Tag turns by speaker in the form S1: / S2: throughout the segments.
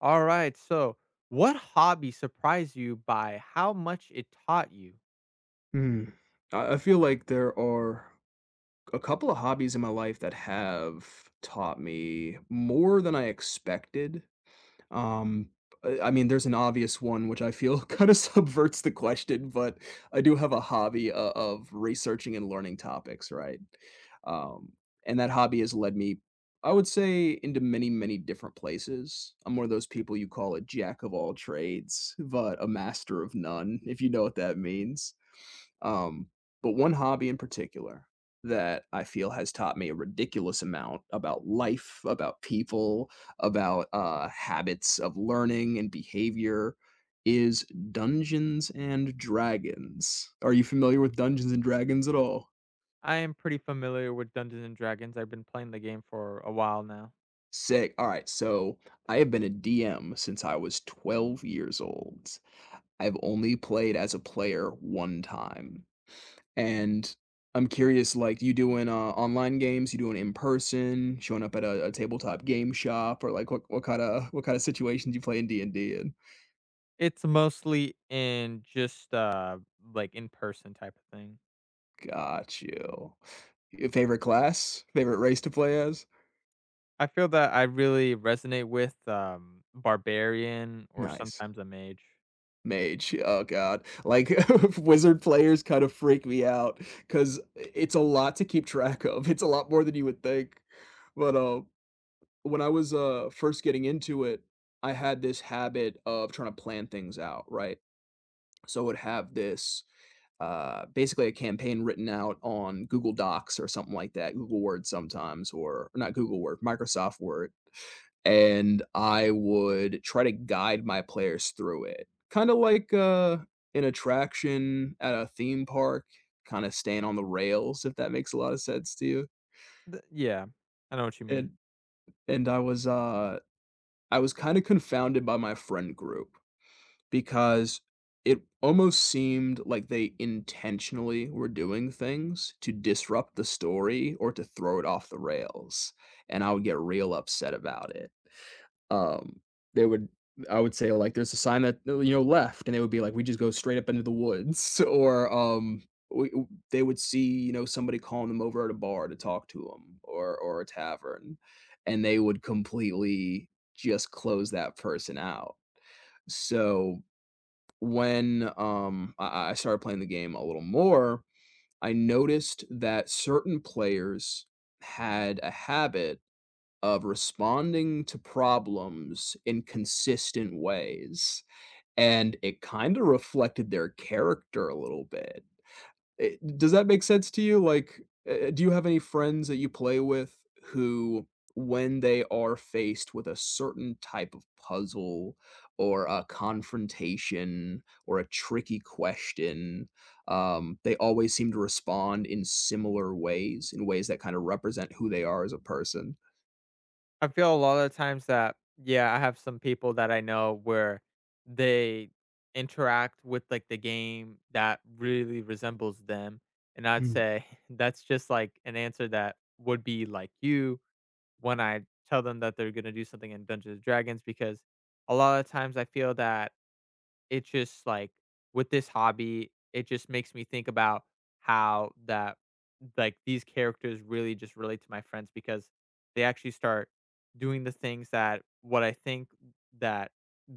S1: All right. So, what hobby surprised you by how much it taught you?
S2: Hmm, I feel like there are a couple of hobbies in my life that have taught me more than I expected. Um, I mean, there's an obvious one which I feel kind of subverts the question, but I do have a hobby of researching and learning topics, right? Um, and that hobby has led me, I would say, into many, many different places. I'm one of those people you call a jack of all trades, but a master of none, if you know what that means um, but one hobby in particular that I feel has taught me a ridiculous amount about life, about people, about habits of learning and behavior is Dungeons and Dragons. Are you familiar with Dungeons and Dragons at all?
S1: I am pretty familiar with Dungeons and Dragons. I've been playing the game for a while now.
S2: Sick. All right. So I have been a DM since I was 12 years old. I've only played as a player one time. And I'm curious, like, you doing online games? You doing in person? Showing up at a tabletop game shop, or like, what kind of situations you play in D and D? In?
S1: It's mostly in just like in person type of thing.
S2: Got you. Your favorite class? Favorite race to play as?
S1: I feel that I really resonate with barbarian or
S2: Nice.
S1: sometimes a mage.
S2: Mage. Oh god. Like wizard players kind of freak me out cuz it's a lot to keep track of. It's a lot more than you would think. But when I was first getting into it, I had this habit of trying to plan things out, right? So I would have this basically a campaign written out on Google Docs or something like that, Google Word sometimes, or not Google Word, Microsoft Word. And I would try to guide my players through it, kind of like an attraction at a theme park, kind of staying on the rails, if that makes a lot of sense to you.
S1: Yeah. I know what you mean.
S2: And and I was kind of confounded by my friend group because it almost seemed like they intentionally were doing things to disrupt the story or to throw it off the rails, and I would get real upset about it. Um, they would, I would say, like, there's a sign that left, and they would be like, "We just go straight up into the woods," or we, they would see somebody calling them over at a bar to talk to them or a tavern, and they would completely just close that person out. So when I started playing the game a little more, I noticed that certain players had a habit of responding to problems in consistent ways, and it kinda reflected their character a little bit. Does that make sense to you? Like, do you have any friends that you play with who, when they are faced with a certain type of puzzle or a confrontation or a tricky question, they always seem to respond in similar ways, in ways that kind of represent who they are as a person?
S1: I feel a lot of times that yeah, I have some people that I know where they interact with like the game that really resembles them, and I'd
S2: Mm,
S1: say that's just like an answer that would be like you when I tell them that they're gonna do something in Dungeons and Dragons because a lot of times I feel that it just, like, with this hobby, it just makes me think about how that like, these characters really just relate to my friends because they actually start doing the things that what I think that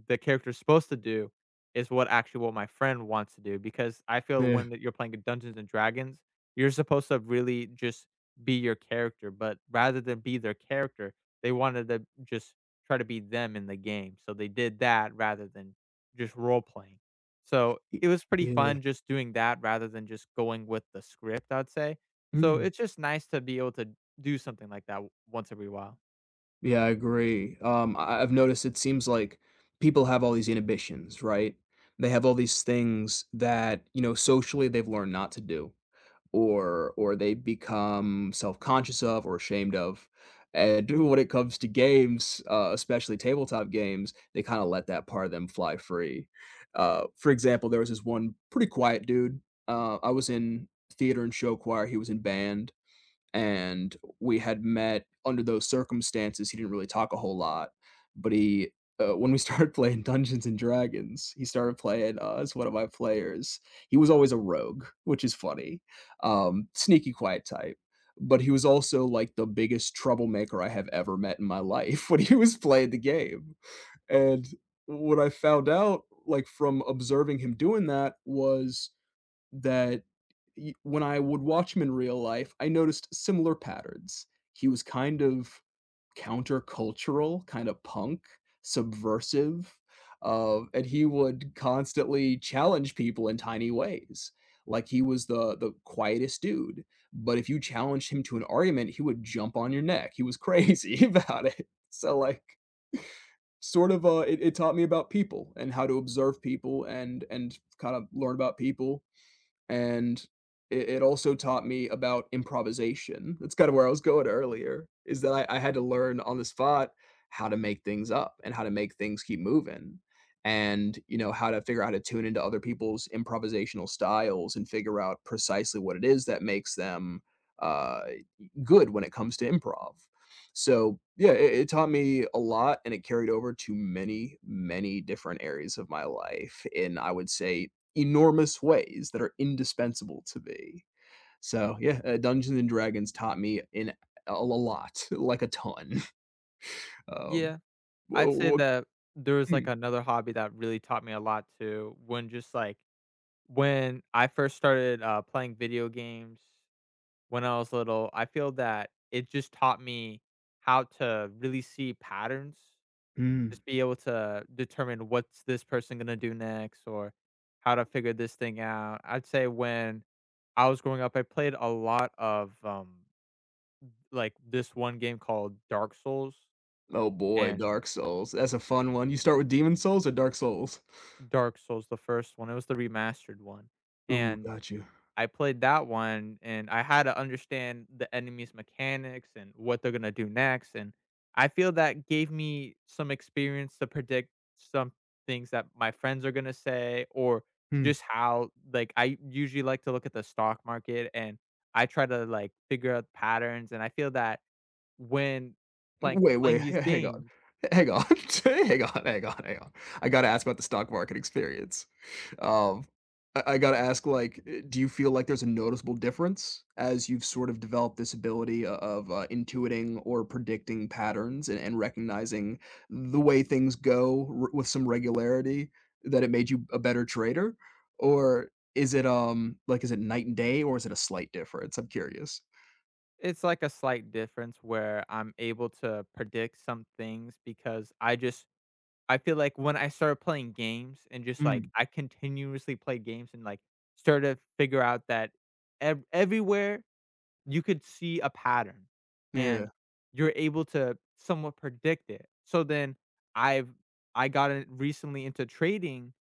S1: the character's supposed to do is what actually what my friend wants to do, because I feel
S2: yeah.
S1: when that you're playing Dungeons& and Dragons, you're supposed to really just be your character, but rather than be their character, they wanted to just try to be them in the game, so they did that rather than just role playing. So
S2: Y
S1: it was pretty
S2: yeah.
S1: fun just doing that rather than just going with the script, I'd say. So
S2: Mm.
S1: it's just nice to be able to do something like that once every while.
S2: Yeah, I agree. I've noticed it seems like people have all these inhibitions, right? They have all these things that, you know, socially they've learned not to do or they become self-conscious of or ashamed of. And when it comes to games, especially tabletop games, they kind of let that part of them fly free. For example, there was this one pretty quiet dude. I was in theater and show choir. He was in band and we had met under those circumstances. He didn't really talk a whole lot, but he when we started playing Dungeons and Dragons, he started playing as one of my players. He was always a rogue, which is funny, sneaky, quiet type. But he was also like the biggest troublemaker I have ever met in my life when he was playing the game. And what I found out, like from observing him doing that, was that y when I would watch him in real life, I noticed similar patterns. He was kind of countercultural, kinda punk, subversive, and he would constantly challenge people in tiny ways. Like, he was the quietest dude, but if you challenged him to an argument, he would jump on your neck. He was crazy about it. So, like, sort of, it taught me about people and how to observe people and kind of learn about people and it also taught me about improvisation. That's kind of where I was going earlier, is that I had to learn on the spot how to make things up and how to make things keep moving and you know how to figure out how to tune into other people's improvisational styles and figure out precisely what it is that makes them uh, good when it comes to improv. So yeah, it taught me a lot and it carried over to many many different areas of my life in I would say enormous ways that are indispensable to me. So yeah, Dungeons and Dragons taught me a lot, like a ton. Um,
S1: Yeah.
S2: wha-
S1: I'd say
S2: wha-
S1: that there was like
S2: mm,
S1: another hobby that really taught me a lot too. When just like when I first started playing video games when I was little, I feel that it just taught me how to really see patterns.
S2: mm.
S1: Just be able to determine what's this person gonna do next or how to figure this thing out. I'd say when I was growing up, I played a lot of, like, this one game called Dark Souls,
S2: Oh boy,
S1: and
S2: Dark Souls. That's a fun one. You start with Demon Souls or Dark Souls?
S1: Dark Souls, the first one, it was the remastered one,
S2: Ooh,
S1: and
S2: got you.
S1: I played that one, and I had to understand the enemy's mechanics and what they're gonna do next, and I feel that gave me some experience to predict some things that my friends are gonna say, or
S2: Hmm.
S1: just how like, I usually like to look at the stock market, and I try to, like, figure out patterns, and I feel that when playing
S2: Wait, wait,
S1: playing these
S2: h- hang on.
S1: games,
S2: Hang on. Hang on. I gotta ask about the stock market experience. Um, I gotta ask, like, do you feel like there's a noticeable difference as you've sort of developed this ability o of, intuiting or predicting patterns and recognizing the way things go r with some regularity that it made you a better trader? Or is it, like, is it night and day, or is it a slight difference? I'm curious.
S1: it's like a slight difference where I'm able to predict some things because I just I feel like when I started playing games and just, like,
S2: Mm.
S1: I continuously play games and, like, started to figure out that ev everywhere you could see a pattern,
S2: Yeah.
S1: and you're able to somewhat predict it. So then I've I got in recently into trading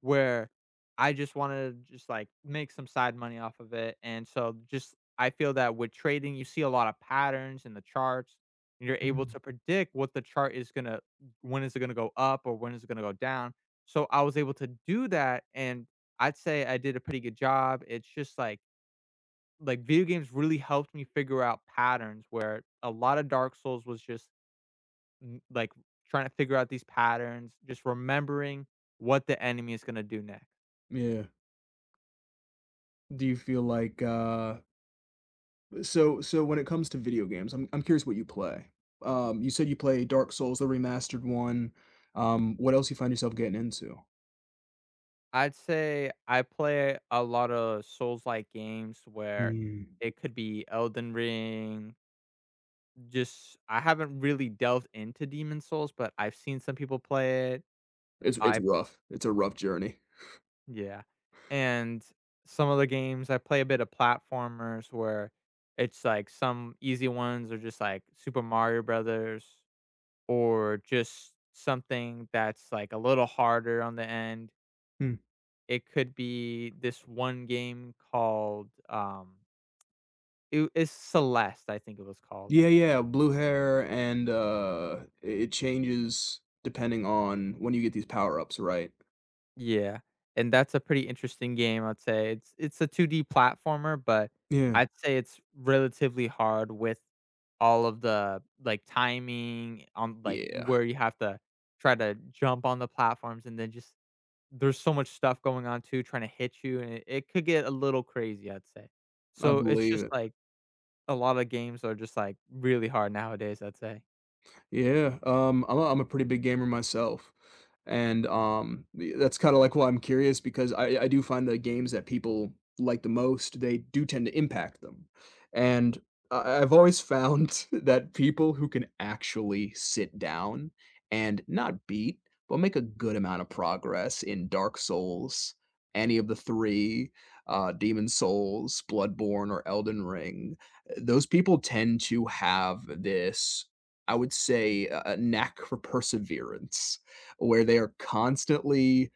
S1: where I just wanna just, like, make some side money off of it, and so just I feel that with trading, you see a lot of patterns in the charts, and you're able
S2: Mm,
S1: to predict what the chart is gonna when is it gonna go up or when is it gonna go down. So I was able to do that, and I'd say I did a pretty good job. It's just like, video games really helped me figure out patterns where a lot of Dark Souls was just, n like, trying to figure out these patterns, just remembering what the enemy is gonna do next.
S2: yeah. Do you feel like, so when it comes to video games, I'm curious what you play. You said you play Dark Souls, the remastered one. What else you find yourself getting into?
S1: I'd say I play a lot of Souls-like games where
S2: Mm.
S1: it could be Elden Ring, just I haven't really delved into Demon Souls, but I've seen some people play it.
S2: It's
S1: I
S2: rough. It's a rough journey.
S1: yeah. And some of the games I play a bit of platformers where it's like some easy ones are just like Super Mario Brothers or just something that's like a little harder on the end.
S2: Hmm.
S1: It could be this one game called it's Celeste, I think it was called.
S2: Yeah, yeah, blue hair and it changes depending on when you get these power-ups, right?
S1: Yeah, and that's a pretty interesting game, I'd say. It's a 2D platformer, but
S2: Yeah.
S1: I'd say it's relatively hard with all of the, like, timing on, like, you
S2: Yeah,
S1: where you have to try to jump on the platforms and then just there's so much stuff going on too trying to hit you, and it could get a little crazy, I'd say.
S2: I
S1: So, it's
S2: believe
S1: just,
S2: it.
S1: like, a lot of games are just, like, really hard nowadays, I'd say.
S2: Yeah, I'm a pretty big gamer myself, and, the that's kinda, like, why I'm curious because I do find the games that people like the most, they do tend to impact them, and I've always found that people who can actually sit down and not beat, but make a good amount of progress in Dark Souls, any of the 3, Demon's Souls, Bloodborne, or Elden Ring, those people tend to have this, I would say, a knack for perseverance, where they are constantly,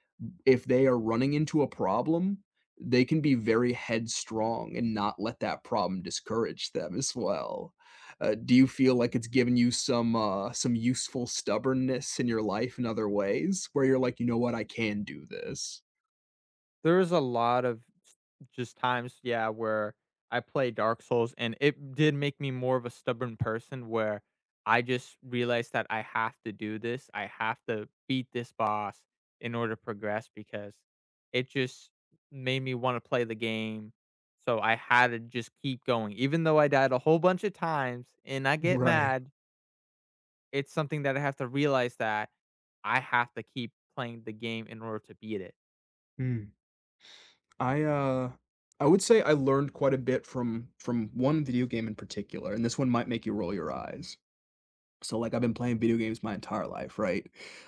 S2: if they are running into a problem, they can be very headstrong and not let that problem discourage them as well. Do you feel like it's given you some useful stubbornness in your life in other ways where you're like, "You know what? I can do this."
S1: There was a lot of s just times, yeah, where I play Dark Souls, and it did make me more of a stubborn person where I just realized that I have to do this, I have to beat this boss in order to progress because it just made me wanna play the game, so I had to just keep going. Even though I died a whole bunch of times and I get
S2: Right.
S1: mad, it's something that I have to realize that I have to keep playing the game in order to beat it.
S2: Mm. I, uh, I would say I learned quite a bit from one video game in particular, and this one might make you roll your eyes. So, like, I've been playing video games my entire life, right?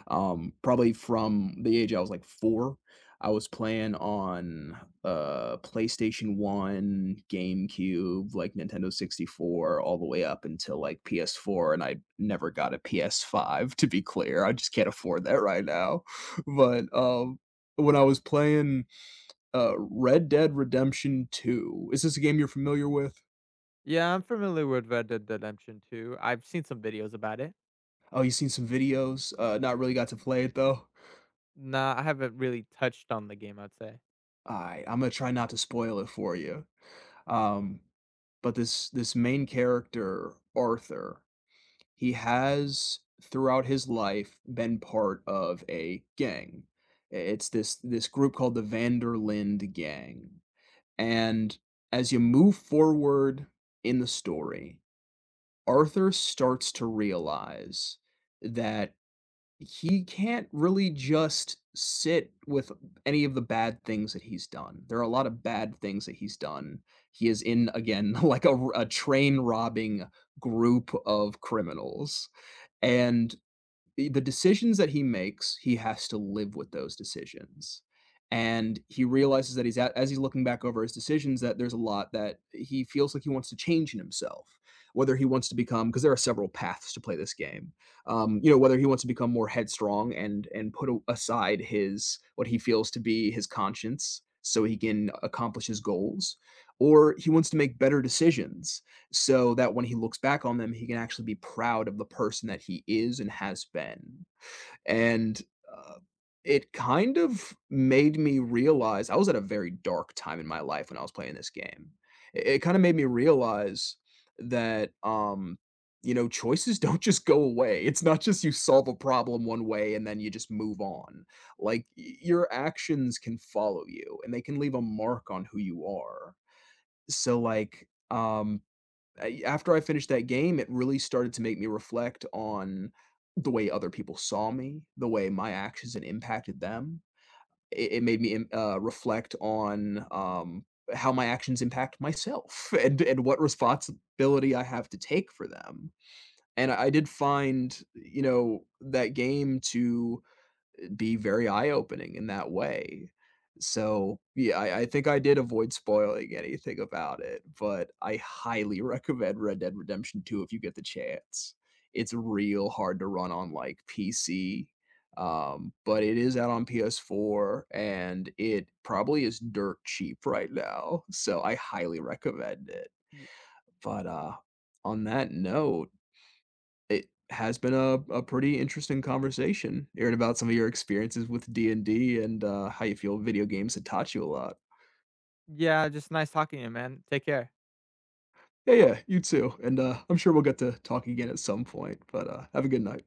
S2: Probably from the age I was like four, I was playing on PlayStation 1, GameCube, like Nintendo 64, all the way up until like PS4. And I never got a PS5, to be clear. I just can't afford that right now. But when I was playing Red Dead Redemption 2, is this a game you're familiar with?
S1: Yeah, I'm familiar with Red Dead Redemption 2. I've seen some videos about it.
S2: Oh, you've seen some videos. Not really got to play it though.
S1: Nah, I haven't really touched on the game, I'd say.
S2: Alright, I'm gonna try not to spoil it for you. Um, but this main character, Arthur, he has throughout his life been part of a gang. It's this group called the Vanderlind Gang, and as you move forward in the story, Arthur starts to realize that he can't really just sit with any of the bad things that he's done. There are a lot of bad things that he's done. He is in, again, like a train robbing group of criminals, and the decisions that he makes, he has to live with those decisions. And he realizes that as he's looking back over his decisions, that there's a lot that he feels like he wants to change in himself, whether he wants to become, because there are several paths to play this game. You know, whether he wants to become more headstrong and put aside his what he feels to be his conscience so he can accomplish his goals, or he wants to make better decisions so that when he looks back on them, he can actually be proud of the person that he is and has been. And uh, it kind of made me realize I was at a very dark time in my life when I was playing this game. It kind of made me realize that, you know, choices don't just go away. It's not just you solve a problem one way and then you just move on. Like your actions can follow you and they can leave a mark on who you are. So, like, I after I finished that game, it really started to make me reflect on the way other people saw me, the way my actions had impacted them. It made me, im reflect on, how my actions impact myself and what responsibility I have to take for them, and I did find, you know, that game to be very eye-opening in that way. So, yeah, I think I did avoid spoiling anything about it, but I highly recommend Red Dead Redemption 2 if you get the chance. It's real hard to run on, like, PC, but it is out on PS4, and it probably is dirt cheap right now, so I highly recommend it.
S1: Y-
S2: But, on that note, it has been a pretty interesting conversation hearing about some of your experiences with d&d and D and how you feel video games had taught you a lot.
S1: yeah, just nice talking to you, man. Take care.
S2: Yeah, yeah, you too, and I'm sure we'll get to talk again at some point, but have a good night.